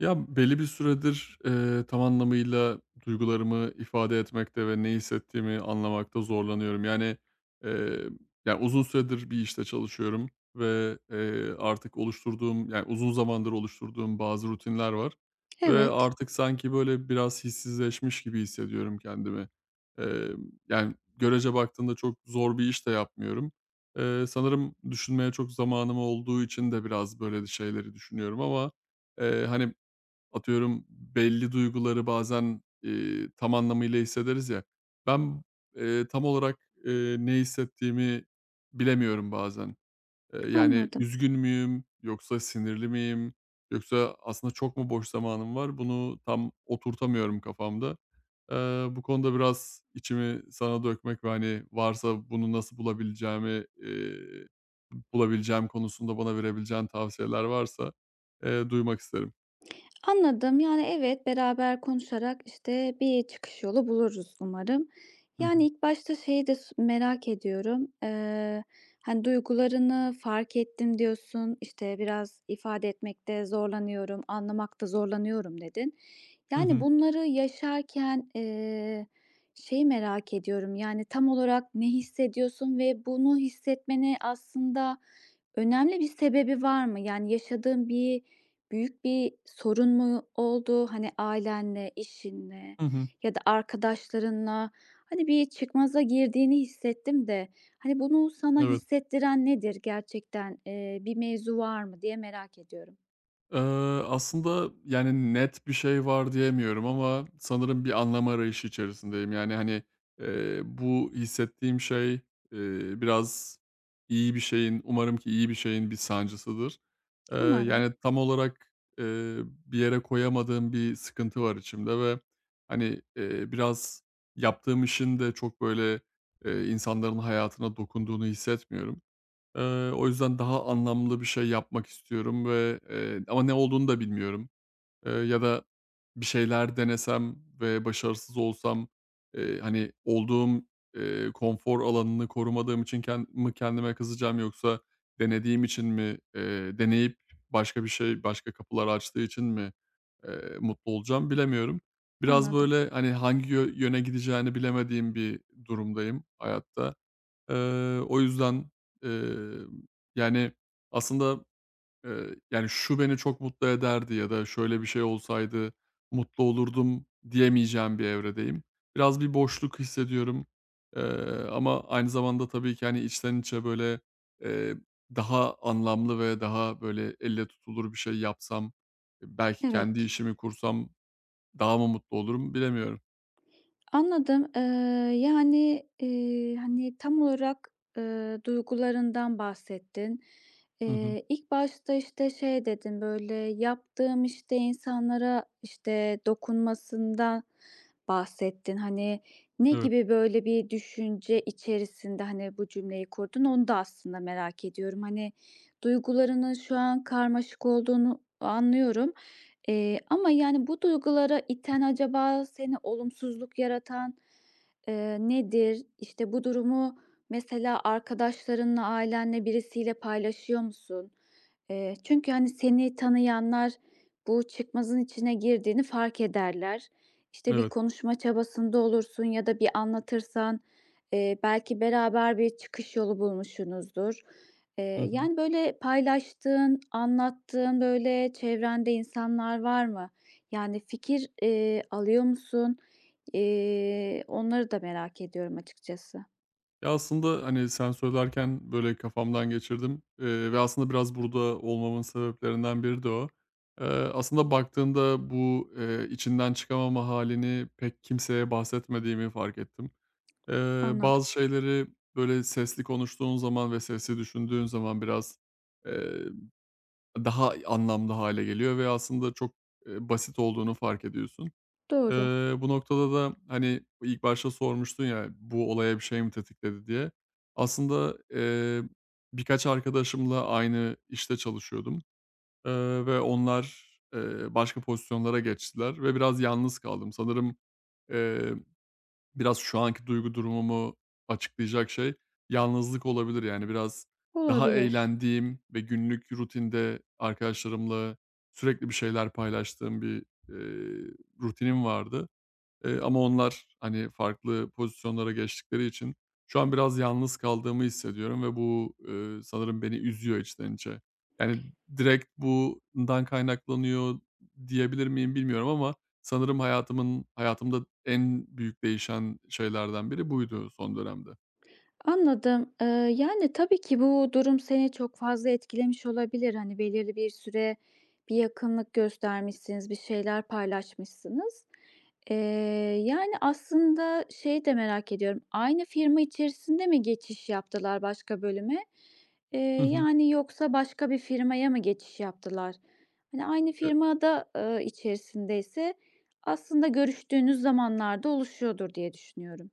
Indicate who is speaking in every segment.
Speaker 1: Ya, belli bir süredir, tam anlamıyla duygularımı ifade etmekte ve ne hissettiğimi anlamakta zorlanıyorum. Yani, eee, uzun süredir bir işte çalışıyorum ve, artık oluşturduğum, yani, uzun zamandır oluşturduğum bazı rutinler var ve
Speaker 2: Evet,
Speaker 1: artık sanki, böyle, biraz hissizleşmiş gibi hissediyorum kendimi. Emm, Yani, görece baktığında çok zor bir iş de yapmıyorum. Sanırım düşünmeye çok zamanım olduğu için de biraz böyle şeyleri düşünüyorum ama, hani, atıyorum belli duyguları bazen, tam anlamıyla hissederiz ya. Ben, tam olarak, ne hissettiğimi bilemiyorum bazen. Yani
Speaker 2: anladım.
Speaker 1: üzgün müyüm yoksa sinirli miyim yoksa aslında çok mu boş zamanım var? Bunu tam oturtamıyorum kafamda. Eee, Bu konuda biraz içimi sana dökmek ve, hani, varsa bunu nasıl bulabileceğimi, bulabileceğim konusunda bana verebileceğin tavsiyeler varsa, duymak isterim.
Speaker 2: Anladım. Yani, evet, beraber konuşarak, işte, bir çıkış yolu buluruz umarım.
Speaker 1: Hı
Speaker 2: Yani,
Speaker 1: hı.
Speaker 2: ilk başta şeyi de merak ediyorum. Hani, duygularını fark ettim diyorsun, İşte biraz ifade etmekte zorlanıyorum, anlamakta zorlanıyorum dedin.
Speaker 1: Hı
Speaker 2: Yani,
Speaker 1: hı.
Speaker 2: bunları yaşarken, şeyi merak ediyorum, yani, tam olarak ne hissediyorsun ve bunu hissetmene aslında önemli bir sebebi var mı? Yani, yaşadığın bir büyük bir sorun mu oldu? Hani, ailenle, işinle
Speaker 1: Hı hı.
Speaker 2: ya da arkadaşlarınla, hani, bir çıkmaza girdiğini hissettim de, hani, bunu sana
Speaker 1: Evet.
Speaker 2: hissettiren nedir gerçekten? Bir mevzu var mı diye merak ediyorum.
Speaker 1: Eee, Aslında, yani, net bir şey var diyemiyorum ama sanırım bir anlam arayışı içerisindeyim. Yani, hani, bu hissettiğim şey, biraz iyi bir şeyin, umarım ki iyi bir şeyin bir sancısıdır.
Speaker 2: Umarım.
Speaker 1: Yani, tam olarak, bir yere koyamadığım bir sıkıntı var içimde ve, hani, biraz yaptığım işin de çok, böyle, insanların hayatına dokunduğunu hissetmiyorum. O yüzden daha anlamlı bir şey yapmak istiyorum ve, ama ne olduğunu da bilmiyorum. Ya da bir şeyler denesem ve başarısız olsam, hani, olduğum, konfor alanını korumadığım için kendime kızacağım yoksa denediğim için mi, deneyip başka bir şey, başka kapılar açtığı için mi, mutlu olacağım bilemiyorum. Biraz,
Speaker 2: Anladım.
Speaker 1: böyle, hani, hangi yöne gideceğini bilemediğim bir durumdayım hayatta. O yüzden, eee, yani, aslında, yani, "Şu beni çok mutlu ederdi." ya da "Şöyle bir şey olsaydı mutlu olurdum." diyemeyeceğim bir evredeyim. Biraz bir boşluk hissediyorum, eee, ama aynı zamanda tabii ki, hani, içten içe, böyle, eee, daha anlamlı ve daha, böyle, elle tutulur bir şey yapsam, belki kendi
Speaker 2: Evet.
Speaker 1: işimi kursam daha mı mutlu olurum bilemiyorum.
Speaker 2: Anladım. Hani, tam olarak, duygularından bahsettin.
Speaker 1: Hı hı.
Speaker 2: İlk başta, işte, şey dedin, böyle, "Yaptığım, işte, insanlara, işte, dokunmasından" bahsettin. Hani, ne
Speaker 1: Evet,
Speaker 2: gibi, böyle, bir düşünce içerisinde, hani, bu cümleyi kurdun, onu da aslında merak ediyorum. Hani, duygularının şu an karmaşık olduğunu anlıyorum. Ama, yani, bu duygulara iten acaba seni olumsuzluk yaratan, nedir? İşte, bu durumu mesela arkadaşlarınla, ailenle, birisiyle paylaşıyor musun? Çünkü, hani, seni tanıyanlar bu çıkmazın içine girdiğini fark ederler. İşte, bir
Speaker 1: evet.
Speaker 2: konuşma çabasında olursun ya da bir anlatırsan, belki beraber bir çıkış yolu bulmuşsunuzdur.
Speaker 1: Hı hı.
Speaker 2: Yani, böyle, paylaştığın, anlattığın, böyle, çevrende insanlar var mı? Yani, fikir, alıyor musun? Onları da merak ediyorum açıkçası.
Speaker 1: Ya, aslında, hani, sen söylerken, böyle, kafamdan geçirdim, ve aslında biraz burada olmamın sebeplerinden biri de o. Eee, Aslında baktığında bu, içinden çıkamama halini pek kimseye bahsetmediğimi fark ettim.
Speaker 2: Anladım.
Speaker 1: Bazı şeyleri, böyle, sesli konuştuğun zaman ve sesli düşündüğün zaman biraz, eee, daha anlamlı hale geliyor ve aslında çok, basit olduğunu fark ediyorsun.
Speaker 2: Doğru.
Speaker 1: Eee, Bu noktada da, hani, ilk başta sormuştun ya, "Bu olaya bir şey mi tetikledi?" diye. Aslında, birkaç arkadaşımla aynı işte çalışıyordum, ve onlar, başka pozisyonlara geçtiler ve biraz yalnız kaldım. Sanırım, eee, biraz şu anki duygu durumumu açıklayacak şey yalnızlık olabilir. Yani biraz daha
Speaker 2: Olabilir.
Speaker 1: eğlendiğim ve günlük rutinde arkadaşlarımla sürekli bir şeyler paylaştığım bir, eee, rutinim vardı. Ama onlar, hani, farklı pozisyonlara geçtikleri için şu an biraz yalnız kaldığımı hissediyorum ve bu, sanırım beni üzüyor içten içe. Yani, direkt bundan kaynaklanıyor diyebilir miyim bilmiyorum ama sanırım hayatımda en büyük değişen şeylerden biri buydu son dönemde.
Speaker 2: Anladım. Yani, tabii ki bu durum seni çok fazla etkilemiş olabilir. Hani, belirli bir süre bir yakınlık göstermişsiniz, bir şeyler paylaşmışsınız. Eee, Yani, aslında şeyi de merak ediyorum, aynı firma içerisinde mi geçiş yaptılar başka bölüme? Eee,
Speaker 1: Hı hı.
Speaker 2: Yani, yoksa başka bir firmaya mı geçiş yaptılar? Hani, aynı firmada, içerisindeyse aslında görüştüğünüz zamanlarda oluşuyordur diye düşünüyorum.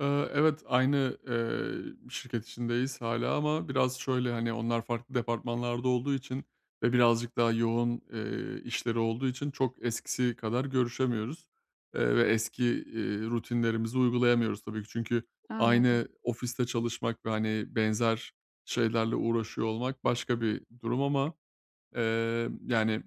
Speaker 1: Evet, aynı, şirket içindeyiz hala ama biraz şöyle, hani, onlar farklı departmanlarda olduğu için ve birazcık daha yoğun, işleri olduğu için çok eskisi kadar görüşemiyoruz, ve eski, rutinlerimizi uygulayamıyoruz tabii ki. Çünkü
Speaker 2: Anladım.
Speaker 1: aynı ofiste çalışmak ve, hani, benzer şeylerle uğraşıyor olmak başka bir durum ama, yani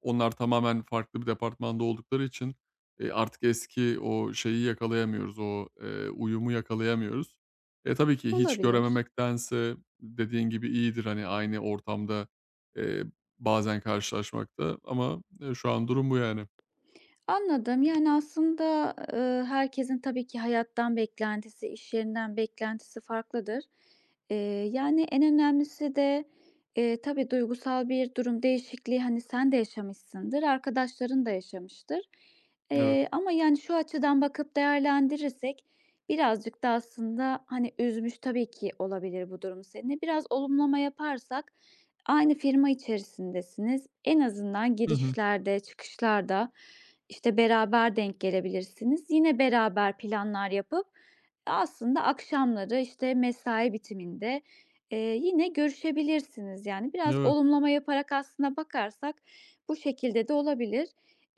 Speaker 1: onlar tamamen farklı bir departmanda oldukları için, artık eski o şeyi yakalayamıyoruz, o, uyumu yakalayamıyoruz. E, tabii ki hiç
Speaker 2: Olabilir.
Speaker 1: görememektense dediğin gibi iyidir, hani, aynı ortamda, eee, bazen karşılaşmakta ama, şu an durum bu yani.
Speaker 2: Anladım. Yani, aslında, herkesin tabii ki hayattan beklentisi, iş yerinden beklentisi farklıdır. Eee, yani, en önemlisi de, tabii duygusal bir durum değişikliği, hani, sen de yaşamışsındır, arkadaşların da yaşamıştır.
Speaker 1: Evet.
Speaker 2: Ama, yani, şu açıdan bakıp değerlendirirsek birazcık da aslında, hani, üzmüş tabii ki olabilir bu durum seni. Biraz olumlama yaparsak aynı firma içerisindesiniz. En azından
Speaker 1: Hı hı.
Speaker 2: girişlerde, çıkışlarda işte, beraber denk gelebilirsiniz. Yine beraber planlar yapıp aslında akşamları, işte, mesai bitiminde, yine görüşebilirsiniz. Yani, biraz
Speaker 1: Evet.
Speaker 2: olumlama yaparak aslında bakarsak bu şekilde de olabilir.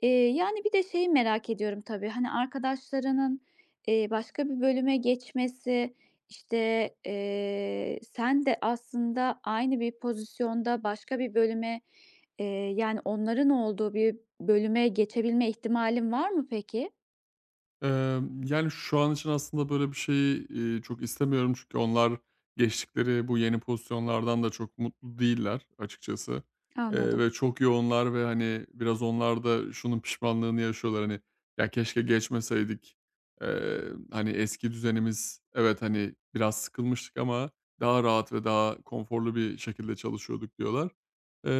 Speaker 2: Yani, bir de şeyi merak ediyorum tabii, hani, arkadaşlarının, başka bir bölüme geçmesi, işte, sen de aslında aynı bir pozisyonda başka bir bölüme. Yani, onların olduğu bir bölüme geçebilme ihtimalin var mı peki?
Speaker 1: Yani, şu an için aslında böyle bir şeyi, çok istemiyorum çünkü onlar geçtikleri bu yeni pozisyonlardan da çok mutlu değiller açıkçası,
Speaker 2: Anladım.
Speaker 1: ve çok yoğunlar ve, hani, biraz onlar da şunun pişmanlığını yaşıyorlar, hani, "Ya, keşke geçmeseydik." Eee, Hani, eski düzenimiz evet, hani, biraz sıkılmıştık ama daha rahat ve daha konforlu bir şekilde çalışıyorduk diyorlar.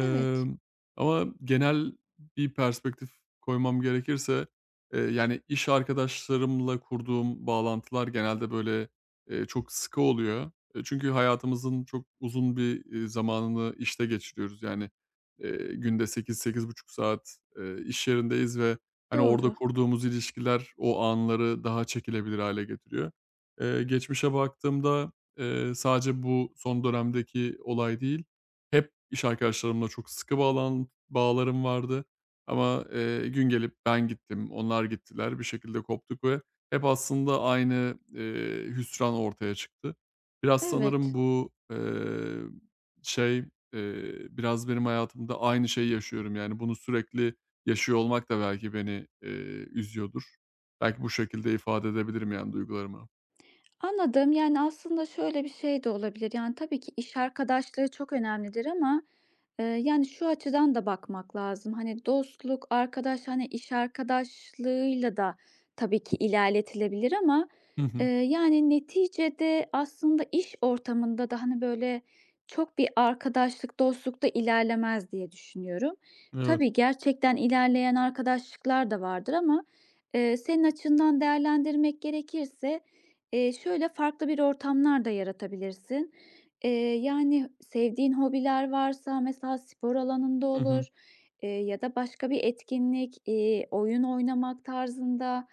Speaker 2: Evet,
Speaker 1: Ama genel bir perspektif koymam gerekirse yani, iş arkadaşlarımla kurduğum bağlantılar genelde, böyle, çok sıkı oluyor. Çünkü hayatımızın çok uzun bir, zamanını işte geçiriyoruz. Yani, günde 8 buçuk saat, iş yerindeyiz ve, hani, orada
Speaker 2: doğru.
Speaker 1: kurduğumuz ilişkiler o anları daha çekilebilir hâle getiriyor. Geçmişe baktığımda, sadece bu son dönemdeki olay değil, hep iş arkadaşlarımla çok sıkı bağlarım vardı. Ama, gün gelip ben gittim, onlar gittiler. Bir şekilde koptuk ve hep aslında aynı, hüsran ortaya çıktı. Biraz sanırım
Speaker 2: Evet.
Speaker 1: bu, şey, biraz benim hayatımda aynı şeyi yaşıyorum. Yani, bunu sürekli yaşıyor olmak da belki beni, üzüyordur. Belki bu şekilde ifade edebilirim, yani, duygularımı.
Speaker 2: Anladım. Yani, aslında şöyle bir şey de olabilir. Yani, tabii ki iş arkadaşlığı çok önemlidir ama, yani, şu açıdan da bakmak lazım. Hani, dostluk, arkadaş, hani, iş arkadaşlığıyla da tabii ki ilerletilebilir ama,
Speaker 1: Hı hı.
Speaker 2: yani, neticede aslında iş ortamında da, hani, böyle, çok bir arkadaşlık, dostluk da ilerlemez diye düşünüyorum.
Speaker 1: Evet.
Speaker 2: Tabii, gerçekten ilerleyen arkadaşlıklar da vardır ama, senin açından değerlendirmek gerekirse şöyle, farklı bir ortamlar da yaratabilirsin. Yani, sevdiğin hobiler varsa mesela spor alanında
Speaker 1: Hı
Speaker 2: olur,
Speaker 1: hı.
Speaker 2: ya da başka bir etkinlik, oyun oynamak tarzında.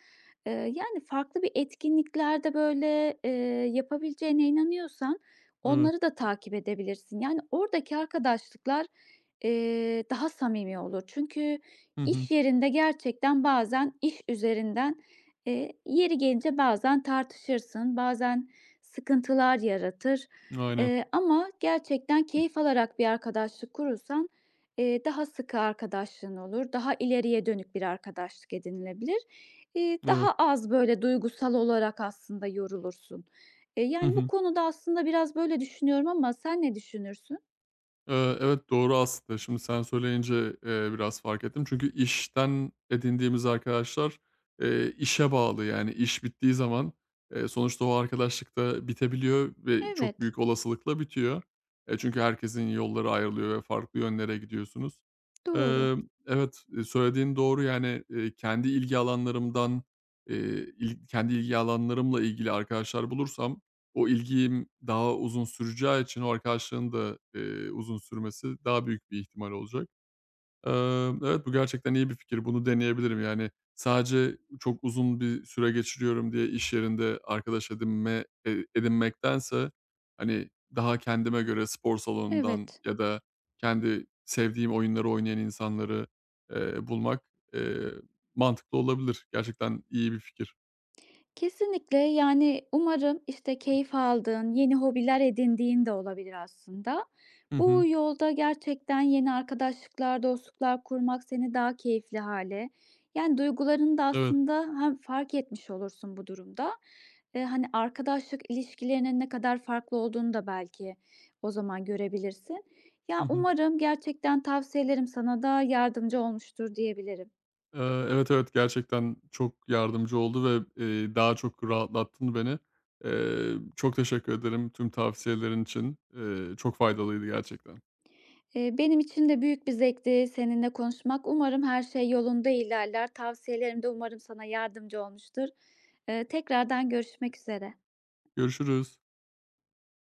Speaker 2: Yani, farklı bir etkinliklerde, böyle, yapabileceğine inanıyorsan
Speaker 1: Evet.
Speaker 2: onları da takip edebilirsin. Yani, oradaki arkadaşlıklar, daha samimi olur. Çünkü
Speaker 1: Hı hı.
Speaker 2: iş yerinde gerçekten bazen iş üzerinden yeri gelince bazen tartışırsın, bazen sıkıntılar yaratır,
Speaker 1: Aynen.
Speaker 2: ama gerçekten keyif alarak bir arkadaşlık kurursan, daha sıkı arkadaşlığın olur, daha ileriye dönük bir arkadaşlık edinilebilir.
Speaker 1: Evet.
Speaker 2: Daha az böyle duygusal olarak aslında yorulursun.
Speaker 1: Hı
Speaker 2: Yani, bu
Speaker 1: hı.
Speaker 2: konuda aslında biraz böyle düşünüyorum ama sen ne düşünürsün?
Speaker 1: Evet, doğru aslında. Şimdi sen söyleyince, biraz fark ettim. Çünkü işten edindiğimiz arkadaşlar, işe bağlı. Yani iş bittiği zaman, sonuçta o arkadaşlık da bitebiliyor ve çok
Speaker 2: Evet,
Speaker 1: büyük olasılıkla bitiyor. E, çünkü herkesin yolları ayrılıyor ve farklı yönlere gidiyorsunuz.
Speaker 2: doğru.
Speaker 1: Evet, söylediğin doğru. Yani, kendi ilgi alanlarımdan, eee, kendi ilgi alanlarımla ilgili arkadaşlar bulursam, o ilgim daha uzun süreceği için o arkadaşlığın da, uzun sürmesi daha büyük bir ihtimal olacak. Evet, bu gerçekten iyi bir fikir. Bunu deneyebilirim. Yani, sadece çok uzun bir süre geçiriyorum diye iş yerinde arkadaş edinmektense, hani, daha kendime göre spor salonundan
Speaker 2: Evet.
Speaker 1: ya da kendi sevdiğim oyunları oynayan insanları, bulmak, eee, mantıklı olabilir. Gerçekten iyi bir fikir.
Speaker 2: Kesinlikle, yani, umarım, işte, keyif aldığın, yeni hobiler edindiğin de olabilir aslında.
Speaker 1: Hı
Speaker 2: Bu
Speaker 1: hı.
Speaker 2: yolda gerçekten yeni arkadaşlıklar, dostluklar kurmak seni daha keyifli hale yani, duygularını da
Speaker 1: Evet.
Speaker 2: aslında hem fark etmiş olursun bu durumda. Hani, arkadaşlık ilişkilerinin ne kadar farklı olduğunu da belki o zaman görebilirsin.
Speaker 1: Hı
Speaker 2: Ya,
Speaker 1: hı.
Speaker 2: umarım gerçekten tavsiyelerim sana da yardımcı olmuştur diyebilirim.
Speaker 1: Evet, evet, gerçekten çok yardımcı oldu ve, daha çok rahatlattın beni. Çok teşekkür ederim tüm tavsiyelerin için. Çok faydalıydı gerçekten.
Speaker 2: Benim için de büyük bir zevkti seninle konuşmak. Umarım her şey yolunda ilerler. Tavsiyelerim de umarım sana yardımcı olmuştur. Tekrardan görüşmek üzere.
Speaker 1: Görüşürüz.